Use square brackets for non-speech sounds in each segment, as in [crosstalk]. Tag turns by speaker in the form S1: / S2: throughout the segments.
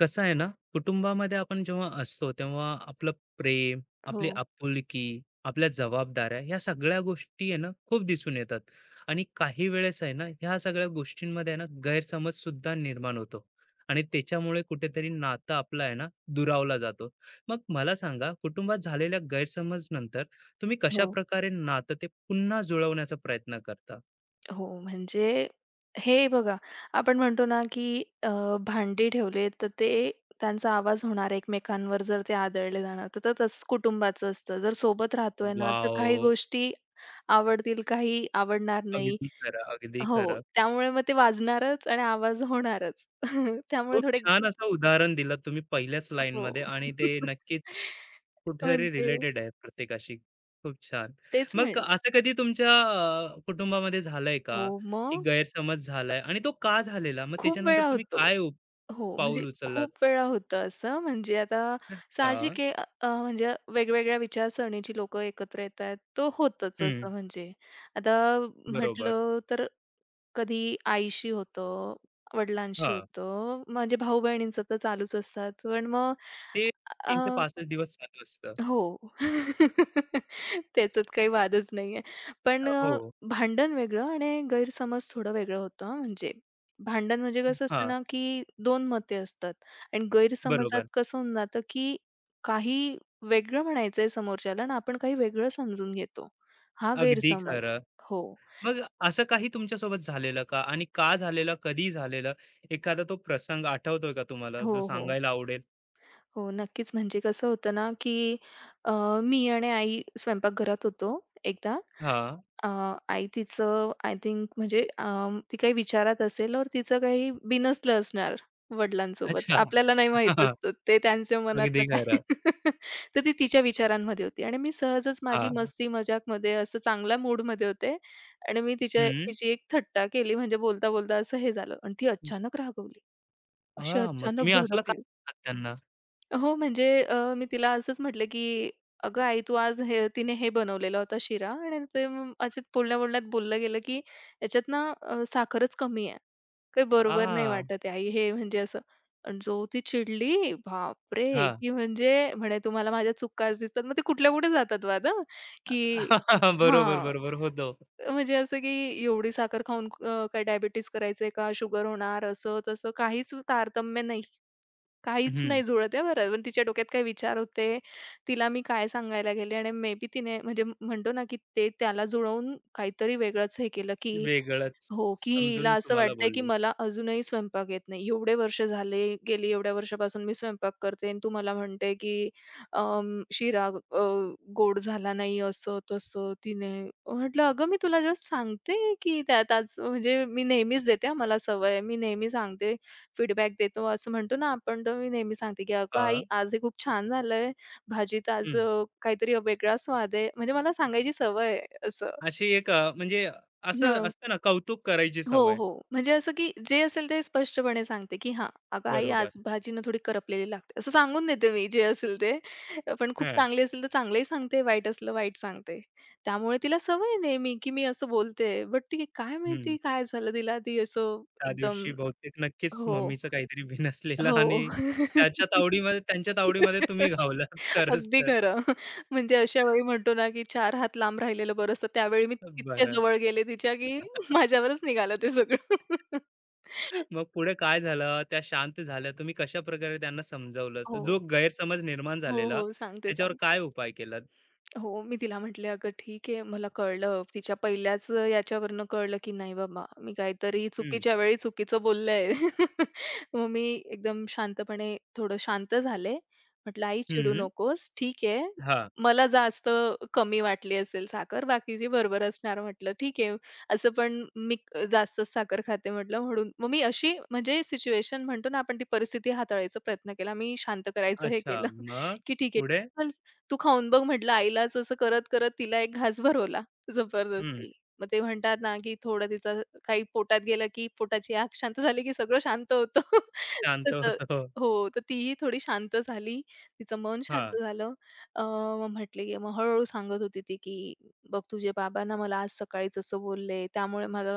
S1: कसं आहे ना, कुटुंबामध्ये आपण जेव्हा असतो, तेव्हा आपलं प्रेम,
S2: हो,
S1: आपली आपुलकी, आपल्या जबाबदाऱ्या ह्या सगळ्या गोष्टी आहे ना, खूप दिसून येतात. आणि काही वेळेस आहे ना, ह्या सगळ्या गोष्टींमध्ये आहे ना, गैरसमजसुद्धा निर्माण होतो. आणि त्याच्यामुळे कुठेतरी नातं आपलं आहे ना, दुरावला जातो. मग मला सांगा, कुटुंबात झालेल्या गैरसमजनंतर तुम्ही
S2: हो,
S1: कशाप्रकारे नातं ते पुन्हा जुळवण्याचा प्रयत्न करता?
S2: हो. म्हणजे हे बघा, आपण म्हणतो ना, की भांडी ठेवले तर ते त्यांचा आवाज होणार एकमेकांवर जर ते आदळले जाणार, तर तर तसंच कुटुंबाचं असतं. जर सोबत राहतोय ना, तर काही
S1: वॉव!
S2: गोष्टी आवडतील, काही आवडणार नाही.
S1: अगदी खरं, अगदी
S2: हो,
S1: खरं.
S2: त्यामुळे मग ते वाजणारच आणि आवाज होणारच. [laughs] त्यामुळे
S1: खूप
S2: थोडे
S1: छान असं उदाहरण दिलं तुम्ही पहिल्याच
S2: हो.
S1: लाईनमध्ये आणि ते
S2: [laughs]
S1: नक्कीच कुठेतरी
S2: म्हणजे
S1: रिलेटेड आहे प्रत्येकाशी. खूप छान.
S2: तेच
S1: मग
S2: म्हण
S1: असं कधी तुमच्या कुटुंबामध्ये झालंय का,
S2: हो,
S1: की
S2: मग
S1: गैरसमज झालाय आणि तो का झालेला? मग
S2: खूप
S1: त्याच्यानंतर
S2: वेळा
S1: तुम्ही
S2: होतो.
S1: काय उप
S2: हो, म्हणजे
S1: पाऊल उचललात?
S2: खूप वेळा होतं असं. म्हणजे आता
S1: हां.
S2: साहजिक आहे, अ, अ, म्हणजे वेगवेगळ्या विचारसरणीची लोकं एकत्र येतायत. तो होतंच
S1: हं.
S2: असं म्हणजे. आता
S1: बरोबर.
S2: म्हटलं तर कधी आईशी होतं, वडिलांशी
S1: हां.
S2: होतं, म्हणजे भाऊ-बहिणींचं तर चालूच असतात. पण मग
S1: ते 365 दिवस चालू असतं.
S2: हो. [laughs] त्याच्यात काही वादच नाहीये. पण
S1: अ, हो.
S2: भांडण वेगळं आणि गैरसमज थोडं वेगळं होतं हां म्हणजे. भांडण म्हणजे कसं असतं
S1: हां.
S2: ना, की दोन मते असतात आणि गैरसमजात
S1: बरोबर.
S2: कसं होऊन जातं, की काही वेगळं म्हणायचंय समोरच्याला आणि आपण काही वेगळं समजून घेतो. हा
S1: अगदी
S2: गैरसमज.
S1: खरं.
S2: हो.
S1: मग असं काही तुमच्यासोबत झालेलं का आणि का झालेलं कधी झालेलं एखादा तो प्रसंग आठवतोय का तुम्हाला
S2: हो,
S1: जो
S2: हो.
S1: सांगायला आवडेल?
S2: हो, नक्कीच. म्हणजे कसं होतं ना, की अ, मी आणि आई स्वयंपाकघरात होतो एकदा.
S1: हा.
S2: अ, आई तिचं आय थिंक म्हणजे ती काही विचारात असेल और तिचं काही बिनसलं असणार वडिलांसोबत.
S1: अच्छा.
S2: आपल्याला नाही माहीत
S1: [laughs]
S2: असतं, ते त्यांच्या मनातलं
S1: अगदी
S2: काय.
S1: खरं.
S2: [laughs] तर ती तिच्या विचारांमध्ये होती आणि मी सहजच माझी
S1: हा.
S2: मस्ती मजाक मजाकमध्ये असं चांगल्या मूडमध्ये होते आणि मी तिच्या
S1: हम्म.
S2: तिची एक थट्टा केली. म्हणजे बोलता-बोलता असं हे झालं आणि ती अचानक रागवली. अशी
S1: हा, मग
S2: अचानक
S1: तुम्ही असलं का
S2: भडकली.
S1: म्हणतात त्यांना?
S2: हो, म्हणजे मी तिला असंच म्हटलं, की "अगं आई, तू आज हे." तिने हे बनवलेला होता शिरा आणि ते मग अशाच बोलण्या-बोलण्यात बोललं गेलं, की "याच्यात ना साखरच कमी आहे. काही बरोबर नाही
S1: हा.
S2: वाटत आहे आई हे." म्हणजे असं. आणि जो ती चिडली,
S1: हा.
S2: बापरे! की म्हणजे म्हणे, "तुम्हाला माझ्या चुकाच दिसतात." मग ते कुठल्या कुठे जातात वाद हं, की
S1: [laughs] बरोबर,
S2: हां,
S1: बरोबर होतो.
S2: म्हणजे असं, की एवढी साखर खाऊन काय डायबिटीज करायचंय का? शुगर होणार, असं-तसं काहीच तारतम्य नाही. काहीच
S1: हम्म.
S2: नाही जुळत आहे बरं. पण तिच्या डोक्यात काही विचार होते. तिला मी काय सांगायला गेले आणि मे बी तिने म्हणजे म्हणतो ना, की ते त्याला जुळवून काहीतरी वेगळंच हे केलं, की
S1: वेगळंच
S2: हो, की हिला
S1: समजून
S2: असं
S1: तुम्हाला
S2: वाटतंय, की
S1: बोलली?
S2: मला अजूनही स्वयंपाक येत नाही. एवढे वर्ष झाले, गेली एवढ्या वर्षापासून मी स्वयंपाक करते आणि तू मला म्हणते, की "शिरा गोड झाला नाही." असं-तसं. तिने म्हटलं, "अगं, मी तुला जस्ट सांगते, की त्यात आज म्हणजे मी नेहमीच देते हां, मला सवय आहे. मी नेहमी सांगते, फीडबॅक देतो." असं म्हणतो ना आपण. तर मी नेहमी सांगते, की "अगं
S1: हा.
S2: आई, आज हे खूप छान झालंय. भाजीत आज
S1: हम्म.
S2: काहीतरी वेगळा स्वाद आहे." म्हणजे मला सांगायची सवय आहे असं.
S1: अशी एक म्हणजे असं असतं ना कौतुक करायची
S2: हो,
S1: सवय.
S2: हो. म्हणजे असं, की जे असेल ते स्पष्टपणे सांगते, की "हां, अगं आई
S1: बरोबर.
S2: आज भाजीनं थोडी करपलेली लागते." असं सांगून देते मी, जे असेल ते. पण खूप
S1: हा.
S2: चांगली असेल तर चांगलंही सांगते, वाईट असलं वाईट सांगते. त्यामुळे तिला सवय आहे नेहमी, की मी असं बोलते. बट ती काय
S1: हम्म.
S2: माहिती काय झालं तिला, ती असं
S1: त्या
S2: एकदम.
S1: दिवशी बहुतेक नक्कीच
S2: हो,
S1: मम्मीचं काहीतरी बिन असलेलं
S2: हो.
S1: आणि त्याच्या तावडीमध्ये त्यांच्या तावडीमध्ये तुम्ही
S2: [laughs]
S1: घावलात [laughs] खरंच
S2: अगदी
S1: तर.
S2: खरं. म्हणजे अशा वेळी म्हणतो ना, की चार हात लांब राहिलेलं बरं असतं. त्यावेळी मी इतक्या
S1: बरं.
S2: जवळ गेले तिच्या, की [laughs]
S1: [laughs]
S2: माझ्यावरच निघालं ते सगळं. [laughs]
S1: मग पुढे काय झालं? त्या शांत झाल्या. तुम्ही कशाप्रकारे त्यांना समजावलं? तो
S2: हो.
S1: जो गैरसमज निर्माण
S2: हो,
S1: झालेला
S2: हो. सांगते,
S1: त्याच्यावर
S2: सांगते.
S1: काय उपाय केलात?
S2: हो, मी तिला म्हटले, "अगं ठीक आहे, मला कळलं." तिच्या पहिल्याच याच्यावरनं कळलं, की नाही बाबा, मी काहीतरी
S1: हं.
S2: चुकीच्या वेळी चुकीचं बोलले आहे. [laughs] मग मी एकदम शांतपणे थोडं शांत झाले. म्हटलं, "आई चिडू
S1: हं.
S2: नकोस. ठीक आहे.
S1: हां.
S2: मला जास्त कमी वाटली असेल साखर, बाकीची बरोबर असणार." म्हटलं, "ठीक आहे. असं पण मी जास्तच साखर खाते." म्हटलं, म्हणून मग मी अशी म्हणजे सिच्युएशन म्हणतो ना आपण, ती परिस्थिती हाताळायचा प्रयत्न केला. मी शांत करायचं हे
S1: अच्छा.
S2: केलं, [laughs]
S1: मग
S2: की ठीक
S1: पुढे?
S2: आहे. तू खाऊन बघ, म्हटलं आईलाच. असं करत-करत तिला एक घास भरवला
S1: हं.
S2: जबरदस्ती. मग ते म्हणतात ना, की थोडं तिचं काही पोटात गेलं, की पोटाची आग शांत झाली, की सगळं शांत होतं. [laughs]
S1: शांत
S2: तसं
S1: होतो.
S2: हो, तर तीही थोडी शांत झाली. तिचं मन
S1: हां.
S2: शांत झालं. अ, मग म्हटली, की मग हळू सांगत होती ती, की "बघ तुझे बाबा ना मला आज सकाळीच असं बोलले, त्यामुळे मला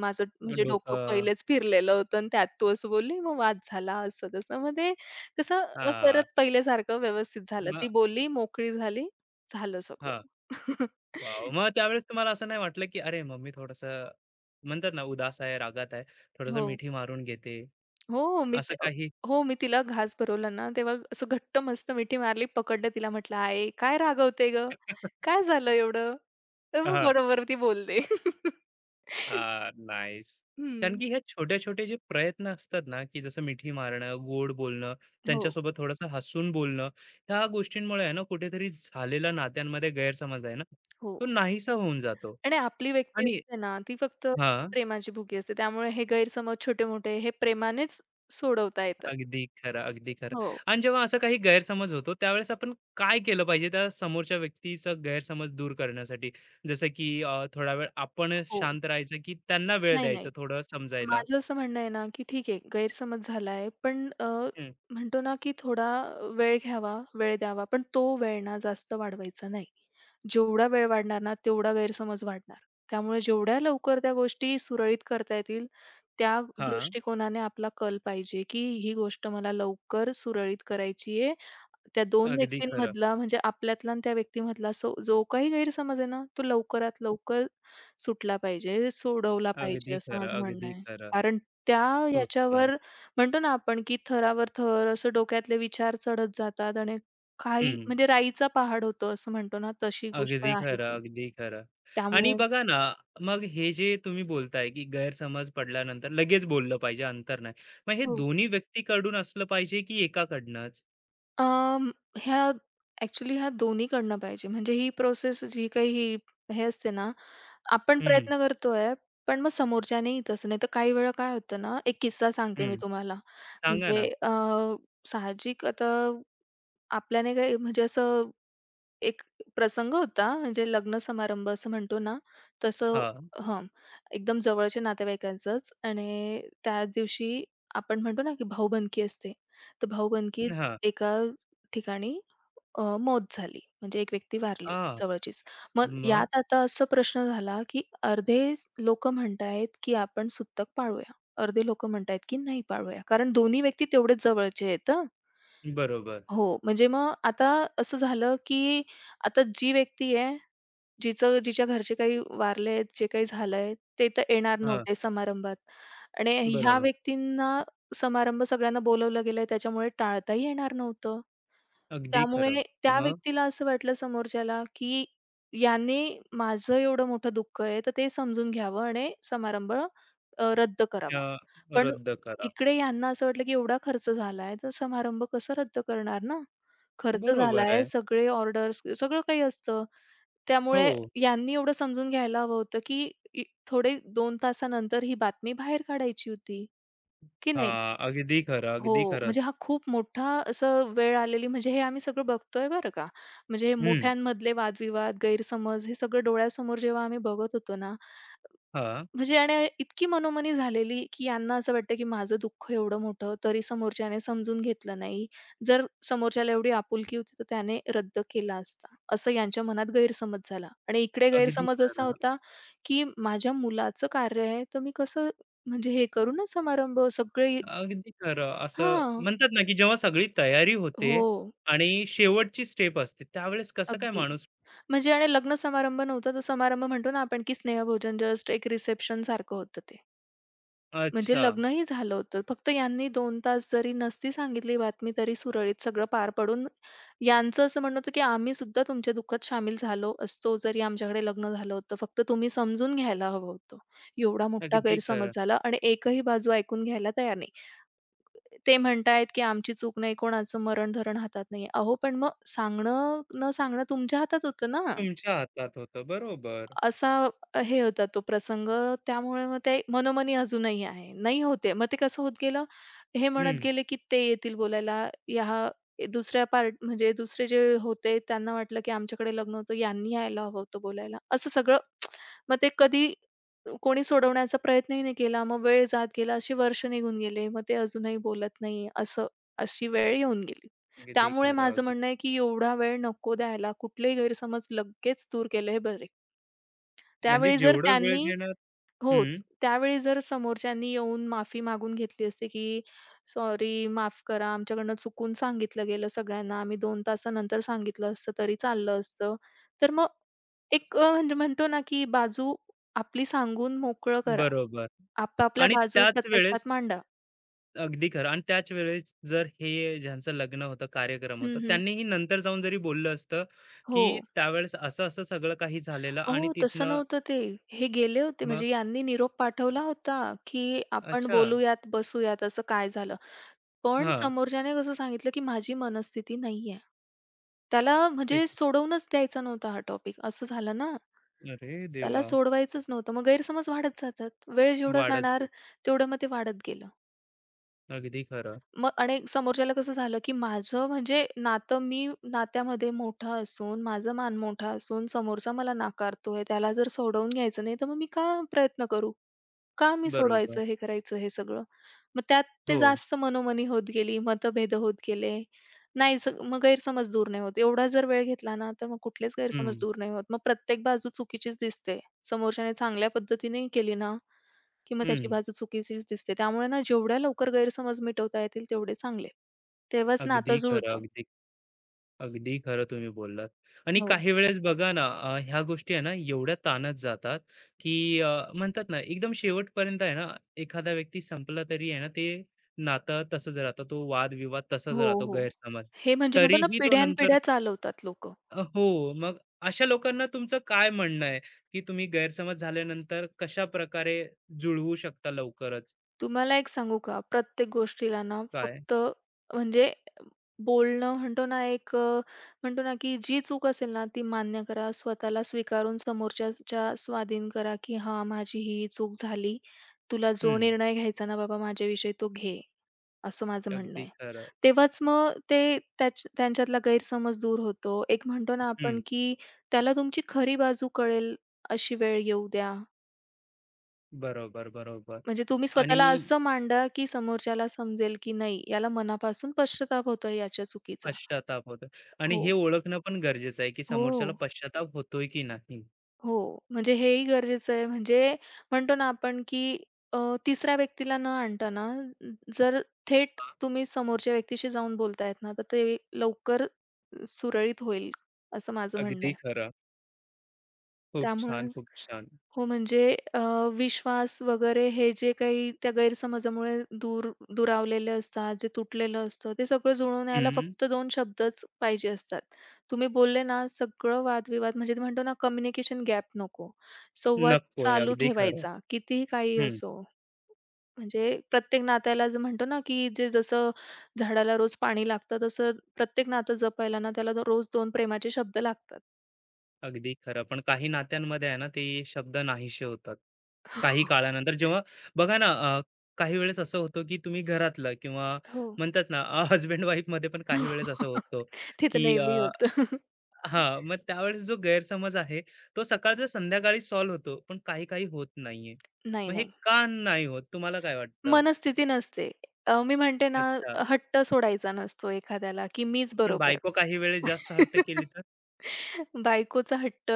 S2: माझं म्हणजे डोकं
S1: डोकं.
S2: पहिलेच फिरलेलं होतं आणि त्यात तू असं बोलली, मग वाद झाला," असं तसं. मग ते कसं
S1: हां.
S2: परत पहिल्यासारखं व्यवस्थित झालं.
S1: मग.
S2: ती बोलली, मोकळी झाली, झालं
S1: हां.
S2: सगळं.
S1: वाव,
S2: [laughs]
S1: मग त्यावेळेस तुम्हाला असं नाही वाटलं, की अरे मम्मी थोडंसं म्हणतात ना, उदास आहे, रागात आहे, थोडंसं
S2: हो.
S1: मिठी मारून घेते,
S2: हो, मी
S1: असं
S2: ते
S1: काही?
S2: हो, मी तिला घास भरवला ना, तेव्हा असं घट्ट मस्त मिठी मारली, पकडलं तिला म्हटलं, "आई, काय रागवते गं?
S1: [laughs]
S2: काय झालं एवढं?" तर मग
S1: हां.
S2: बरोबर ती बोलते. [laughs]
S1: हां, नाईस. कारण
S2: हं.
S1: की ह्या छोटे-छोटे जे प्रयत्न असतात ना, की जसं मिठी मारणं, गोड बोलणं,
S2: हो,
S1: त्यांच्यासोबत थोडंसं हसून बोलणं, ह्या गोष्टींमुळे आहे ना, कुठेतरी झालेला नात्यांमध्ये गैरसमज आहे ना,
S2: हो.
S1: तो नाहीसा होऊन जातो.
S2: आणि आपली व्यक्ती
S1: आणि
S2: असते ना, ती फक्त
S1: हां.
S2: प्रेमाची भुकी असते. त्यामुळे हे गैरसमज छोटे-मोठे हे प्रेमानेच सोडवता येतात.
S1: अगदी खरं, अगदी खरं.
S2: हो,
S1: आणि जेव्हा असा काही गैरसमज होतो, त्यावेळेस आपण काय केलं पाहिजे त्या समोरच्या व्यक्तीचा गैरसमज दूर करण्यासाठी? जसं की थोडा वेळ आपण
S2: हो.
S1: शांत राहायचं, की त्यांना वेळ
S2: नाही, नाही.
S1: द्यायचा थोडं समजायला?
S2: माझं असं म्हणणं आहे ना, की ठीक आहे गैरसमज झाला आहे. पण
S1: हं.
S2: म्हणतो ना, की थोडा वेळ घ्यावा, वेळ द्यावा. पण तो वेळ ना जास्त वाढवायचा नाही. जेवढा वेळ वाढणार ना, तेवढा गैरसमज वाढणार. त्यामुळे जेवढ्या लवकर त्या गोष्टी सुरळीत करता येतील त्या
S1: हां,
S2: दृष्टिकोनाने आपला कल पाहिजे, की ही गोष्ट मला लवकर सुरळीत करायची आहे. त्या दोन
S1: अगदी खरं,
S2: व्यक्तींमधला म्हणजे आपल्यातला आणि त्या व्यक्तीमधला, सो जो काही गैरसमज आहे ना, तो लवकरात लवकर सुटला पाहिजे, सोडवला पाहिजे,
S1: अगदी
S2: असं
S1: खरं,
S2: माझं म्हणणं
S1: अगदी
S2: आहे.
S1: खरं.
S2: कारण त्या
S1: खूप छान.
S2: याच्यावर म्हणतो ना आपण, की थरावर थर असं डोक्यातले विचार चढत जातात आणि काही
S1: हं,
S2: म्हणजे राईचा पहाड होतो असं म्हणतो ना, तशी गोष्ट
S1: अगदी
S2: आहे
S1: खरं,
S2: ती.
S1: अगदी खरं. आणि
S2: त्यामुळे
S1: बघा ना, मग हे जे तुम्ही बोलताय, की गैरसमज पडल्यानंतर लगेच बोललं पाहिजे, अंतर नाही. मग हे
S2: हो.
S1: दोन्ही व्यक्तीकडून असलं पाहिजे, की एकाकडनंच?
S2: अं, ह्या ॲक्चुअली ह्या दोन्ही कडनं पाहिजे. म्हणजे ही प्रोसेस जी काही ही हे असते ना, आपण
S1: हं,
S2: प्रयत्न करतोय, पण मग समोरच्यानेही तसं. नाहीतर काही वेळा काय होतं ना, एक किस्सा सांगते मी
S1: हं.
S2: तुम्हाला.
S1: सांगा
S2: म्हणजे
S1: ना.
S2: साहजिक आता आपल्याने काही म्हणजे असं एक प्रसंग होता. म्हणजे लग्न समारंभ असं म्हणतो ना, तसं.
S1: हां,
S2: हं, एकदम जवळच्या नातेवाईकांचंच आणि त्याच दिवशी आपण म्हणतो ना, की भाऊबंदकी असते. तर भाऊबंदकीत
S1: हां.
S2: एका ठिकाणी मौत झाली. म्हणजे एक व्यक्ती वारली,
S1: हां.
S2: जवळचीच. मग
S1: मग?
S2: यात आता असा प्रश्न झाला, की अर्धे लोकं म्हणतायत, की आपण सुतक पाळूया. अर्धे लोकं म्हणतायत, की नाही पाळूया. कारण दोन्ही व्यक्ती तेवढेच जवळचे आहेत.
S1: बरोबर.
S2: हो, म्हणजे मग आता असं झालं, की आता जी व्यक्ती आहे, जिचं जिच्या घरचे काही वारले आहेत, जे काही झालंय, ते तर येणार
S1: हां,
S2: नव्हते समारंभात आणि ह्या
S1: बरोबर.
S2: व्यक्तींना समारंभ सगळ्यांना बोलावलं गेलंय, त्याच्यामुळे टाळताही येणार नव्हतं.
S1: अगदी खरं.
S2: त्यामुळे त्या
S1: मग
S2: व्यक्तीला असं वाटलं समोरच्याला, की याने माझं एवढं मोठं दुःख आहे, तर ते समजून घ्यावं आणि समारंभ रद्द
S1: अ,
S2: करावा. पण
S1: रद्द करा.
S2: इकडे यांना असं वाटलं, की एवढा खर्च झालाय, तर समारंभ कसं रद्द करणार ना? खर्च
S1: बरोबर
S2: झालाय,
S1: आहे.
S2: सगळे ऑर्डर्स सगळं काही असतं. त्यामुळे
S1: हो.
S2: यांनी एवढं समजून घ्यायला हवं होतं, की थोडे 2 तासानंतर ही बातमी बाहेर काढायची होती, की नाही?
S1: हां, अगदी खरं,
S2: हो,
S1: अगदी खरं.
S2: म्हणजे हा खूप मोठा असं वेळ आलेली. म्हणजे हे आम्ही सगळं बघतोय बरं का. म्हणजे हे
S1: हं.
S2: मोठ्यांमधले वादविवाद, गैरसमज हे सगळं डोळ्यासमोर जेव्हा आम्ही बघत होतो ना,
S1: हां.
S2: म्हणजे आणि इतकी मनोमनी झालेली, की यांना असं वाटतं, की माझं दुःख एवढं मोठं, तरी समोरच्याने समजून घेतलं नाही. जर समोरच्याला एवढी आपुलकी होती, तर त्याने रद्द केला असता, असं यांच्या मनात गैरसमज झाला. आणि इकडे
S1: अगदी
S2: गैरसमज असा
S1: खरं,
S2: होता, की माझ्या मुलाचं कार्य आहे, तर मी कसं म्हणजे हे करू ना समारंभ सगळे.
S1: अगदी खरं. असं
S2: हां.
S1: म्हणतात ना, की जेव्हा सगळी तयारी होते
S2: हो,
S1: आणि शेवटची स्टेप असते, त्यावेळेस कसं काय
S2: अगदी.
S1: माणूस.
S2: म्हणजे आणि लग्न समारंभ नव्हता, तो समारंभ म्हणतो ना आपण, की स्नेहभोजन जस्ट एक रिसेप्शनसारखं होतं ते. म्हणजे
S1: अच्छा,
S2: लग्नही झालं होतं. फक्त यांनी 2 तास जरी नसती सांगितली बातमी, तरी सुरळीत सगळं पार पडून. यांचं असं म्हणणं होतं, की "आम्ही सुद्धा तुमच्या दुःखात सामील झालो असतो, जरी आमच्याकडे लग्न झालं होतं. फक्त तुम्ही समजून घ्यायला हवं होतं." एवढा मोठा
S1: अगदी खरं.
S2: गैरसमज झाला आणि एकही बाजू ऐकून घ्यायला तयार नाही. ते म्हणतायत, की "आमची चूक नाही, कोणाचं मरण-धरण हातात नाहीये." अहो, पण मग सांगणं न सांगणं तुमच्या हातात होतं ना.
S1: तुमच्या हातात होतं. बरोबर.
S2: असा हे होता तो प्रसंग. त्यामुळे मग ते मनोमनी अजूनही आहे. नाही होते. मग ते कसं होत गेलं, हे म्हणत
S1: हं.
S2: गेले, की "ते येतील बोलायला." या दुसऱ्या पार्ट म्हणजे दुसरे जे होते त्यांना वाटलं, की आमच्याकडे लग्न होतं, यांनी यायला हवं होतं बोलायला. असं सगळं. [tsk] मग ते कधी कोणी सोडवण्याचा प्रयत्नही नाही केला. मग वेळ जात गेला. अशी वर्ष निघून गेले. मग ते अजूनही बोलत नाही. असं अशी वेळ येऊन गेली.
S1: अगदी
S2: त्यामुळे
S1: खरं.
S2: माझं
S1: अगदी.
S2: म्हणणं आहे, की एवढा वेळ नको द्यायला. कुठलेही गैरसमज लगेच दूर केले हे बरे.
S1: म्हणजे
S2: त्यावेळी जर
S1: जेवढं वेळ
S2: त्यांनी
S1: देणार.
S2: हो,
S1: हं.
S2: त्यावेळी जर समोरच्यांनी येऊन माफी मागून घेतली असते, की "सॉरी, माफ करा, आमच्याकडनं चुकून सांगितलं गेलं सगळ्यांना. आम्ही 2 तासानंतर सांगितलं असतं तरी चाललं असतं." तर मग एक म्हणजे म्हणतो ना, की बाजू आपली सांगून मोकळं करा.
S1: बरोबर.
S2: आपापल्या
S1: आणि
S2: बाजू
S1: त्याच वेळेस
S2: प्रत्यक्षात मांडा.
S1: अगदी खरं, आणि त्याच वेळेस जर हे ज्यांचं लग्न होतं, कार्यक्रम होता,
S2: हं.
S1: त्यांनीही नंतर जाऊन जरी बोललं असतं,
S2: हो.
S1: की त्यावेळेस असं-असं सगळं काही झालेलं
S2: अहो,
S1: आणि
S2: तसं
S1: तिथनं.
S2: नव्हतं ते. हे गेले होते,
S1: मग
S2: म्हणजे यांनी निरोप पाठवला होता, की आपण
S1: अच्छा,
S2: बोलूयात, बसूयात असं काय झालं. पण
S1: हां,
S2: समोरच्याने कसं सांगितलं, की माझी मनस्थिती नाहीये. त्याला म्हणजे
S1: तेच.
S2: सोडवूनच द्यायचा नव्हता हा टॉपिक, असं झालं ना.
S1: अरे
S2: त्याला
S1: देवा!
S2: सोडवायचंच नव्हतं. मग गैरसमज वाढत जातात. वेळ जेवढा
S1: वाढत
S2: जाणार तेवढं मग ते वाढत गेलं.
S1: अगदी खरं.
S2: मग आणि समोरच्याला कसं झालं, की माझं म्हणजे नातं, मी नात्यामध्ये मोठा असून, माझा मान मोठा असून समोरचा मला नाकारतोय, त्याला जर सोडवून घ्यायचं नाही, तर मग मी का प्रयत्न करू? का मी
S1: बरोबर.
S2: सोडवायचं हे करायचं हे सगळं? मग त्यात ते
S1: हो.
S2: जास्त मनोमनी होत गेली, मतभेद होत गेले. नाही स मग गैरसमज दूर नाही होत. एवढा जर वेळ घेतला ना, तर मग कुठलेच गैरसमज
S1: हं,
S2: दूर नाही होत. मग प्रत्येक बाजू चुकीचीच दिसते. समोरच्याने चांगल्या पद्धतीने केली ना किंवा त्याची
S1: हं.
S2: बाजू चुकीचीच दिसते. त्यामुळे ना जेवढ्या लवकर गैरसमज मिटवता येतील तेवढे चांगले. तेव्हाच नातं
S1: अगदी खरं,
S2: जुळतं.
S1: अगदी. अगदी खरं तुम्ही बोललात. आणि
S2: हो.
S1: काही वेळेस बघा ना, ह्या गोष्टी आहे ना, एवढ्या ताणत जातात, की म्हणतात ना, एकदम शेवटपर्यंत आहे ना, एखादा व्यक्ती संपला तरी आहे ना, ते नातं तसंच राहतं. तो वाद-विवाद तसाच
S2: हो,
S1: राहतो,
S2: हो.
S1: गैरसमज.
S2: हे म्हणजे म्हणतो ना
S1: तरीही तो नंतर
S2: पिढ्यानपिढ्या चालवतात लोकं.
S1: हो, मग अशा लोकांना तुमचं काय म्हणणं आहे, की तुम्ही गैरसमज झाल्यानंतर कशाप्रकारे जुळवू शकता लवकरच?
S2: तुम्हाला एक सांगू का? प्रत्येक गोष्टीला ना
S1: काय?
S2: फक्त म्हणजे बोलणं म्हणतो ना एक म्हणतो ना, की जी चूक असेल ना ती मान्य करा. स्वतःला स्वीकारून समोरच्याच्या स्वाधीन करा, की "हां, माझी ही चूक झाली. तुला जो
S1: हं,
S2: निर्णय घ्यायचा ना बाबा माझ्याविषयी तो घे." असं माझं म्हणणं
S1: अगदी
S2: आहे.
S1: खरं.
S2: तेव्हाच मग ते त्याच त्यांच्यातला गैरसमज दूर होतो. एक म्हणतो ना
S1: हं,
S2: आपण, की त्याला तुमची खरी बाजू कळेल अशी वेळ येऊ द्या.
S1: बरोबर, बरोबर.
S2: म्हणजे तुम्ही
S1: आणि
S2: स्वतःला असं मांडा, की समोरच्याला समजेल, की नाही याला मनापासून पश्चाताप होतोय याच्या चुकीचा.
S1: पश्चाताप होतो आणि हे
S2: हो,
S1: ओळखणं पण गरजेचं आहे, की समोरच्याला
S2: हो,
S1: पश्चाताप होतोय की नाही?
S2: हो. म्हणजे हेही गरजेचं आहे. म्हणजे म्हणतो ना आपण, की अ, तिसऱ्या व्यक्तीला न आणता ना, जर थेट
S1: हां,
S2: तुम्ही समोरच्या व्यक्तीशी जाऊन बोलतायत ना, तर ते लवकर सुरळीत होईल, असं माझं म्हणणं
S1: अगदी
S2: आहे.
S1: खरं. खूप
S2: त्यामुळे
S1: छान, खूप छान.
S2: हो, म्हणजे अ, विश्वास वगैरे हे जे काही त्या गैरसमजामुळे दूर दुरावलेले असतात, जे तुटलेलं असतं, ते सगळं जुळवून यायला
S1: हं,
S2: फक्त दोन शब्दच पाहिजे असतात. तुम्ही बोलले ना, सगळं वादविवाद म्हणजे ते म्हणतो ना, कम्युनिकेशन गॅप नको. संवाद
S1: नकोय.
S2: चालू
S1: अगदी खरं.
S2: ठेवायचा, कितीही काही
S1: हं,
S2: असो. म्हणजे प्रत्येक नात्याला जे म्हणतो ना, की जे जसं झाडाला रोज पाणी लागतं, तसं प्रत्येक नातं जपायला ना, त्याला रोज 2 प्रेमाचे शब्द लागतात.
S1: अगदी खरं. पण काही नात्यांमध्ये आहे ना, ते शब्द नाहीसे होतात. काही
S2: [laughs]
S1: काळानंतर जेव्हा बघा ना, अ, काही वेळेस असं होतं, की तुम्ही घरातलं किंवा
S2: हो.
S1: म्हणतात ना, हसबँड वाईफमध्ये पण काही वेळेस असं
S2: [laughs]
S1: होतं,
S2: ते तर
S1: की
S2: नेहमी होतं.
S1: हां, मग त्यावेळेस जो गैरसमज आहे, तो सकाळचा संध्याकाळी सॉल्व्ह होतो, पण काही-काही होत नाहीये.
S2: नाही,
S1: मग हे
S2: नाही.
S1: का नाही होत? तुम्हाला काय वाटतं?
S2: मनस्थिती नसते. मी म्हणते ना,
S1: अच्छा.
S2: हट्ट सोडायचा नसतो एखाद्याला, की मीच
S1: पण
S2: बरोबर.
S1: बायको काही वेळेस जास्त हट्ट केली
S2: [laughs]
S1: तर?
S2: बायकोचा हट्ट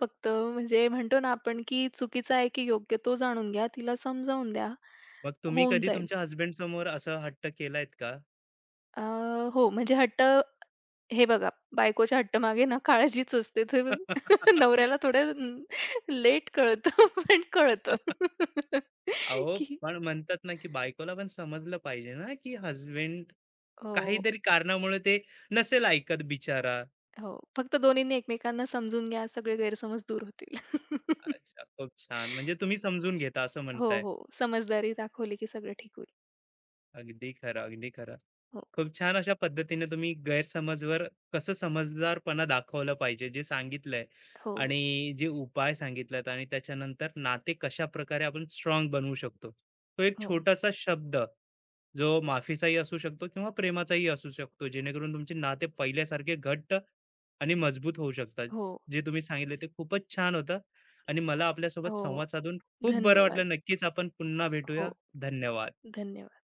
S2: फक्त म्हणजे म्हणतो ना आपण, की चुकीचा आहे की योग्य तो जाणून घ्या, तिला समजावून द्या,
S1: मग तुम्ही
S2: होऊन
S1: कधी
S2: जाईल.
S1: तुमच्या हसबँडसमोर असं हट्ट केलायत का?
S2: अ, हो, म्हणजे हट्ट हे बघा, बायकोच्या हट्टामागे ना काळजीच असते. तर [laughs]
S1: [laughs]
S2: नवऱ्याला थोडं लेट कळतं, [laughs] पण कळतं, [laughs]
S1: अहो,
S2: की
S1: पण म्हणतात ना, की बायकोला पण समजलं पाहिजे ना, की हसबँड
S2: हो,
S1: काहीतरी कारणामुळे ते नसेल ऐकत बिचारा.
S2: हो. फक्त दोन्हींनी एकमेकांना समजून घ्या, सगळे गैरसमज दूर होतील. [laughs]
S1: अच्छा, खूप छान. म्हणजे तुम्ही समजून घेता असं
S2: हो,
S1: म्हणताय.
S2: हो. समजदारी दाखवली की सगळं ठीक होईल.
S1: अगदी खरं, अगदी खरं.
S2: हो,
S1: खूप छान अशा पद्धतीने तुम्ही गैरसमजवर कसं समजदारपणा दाखवलं पाहिजे, जे सांगितलंय
S2: हो,
S1: आणि जे उपाय सांगितलेत आणि त्याच्यानंतर नाते कशाप्रकारे आपण स्ट्राँग बनवू शकतो. तो एक
S2: हो,
S1: छोटासा शब्द, जो माफीचाही असू शकतो किंवा प्रेमाचाही असू शकतो, जेणेकरून तुमचे नाते पहिल्यासारखे घट्ट आणि मजबूत होऊ शकतात.
S2: हो,
S1: जे तुम्ही सांगितलं ते खूपच छान होतं आणि मला आपल्यासोबत
S2: हो.
S1: संवाद साधून खूप बरं वाटलं.
S2: धन्यवाद.
S1: नक्कीच आपण पुन्हा
S2: हो,
S1: भेटूया. धन्यवाद.
S2: धन्यवाद.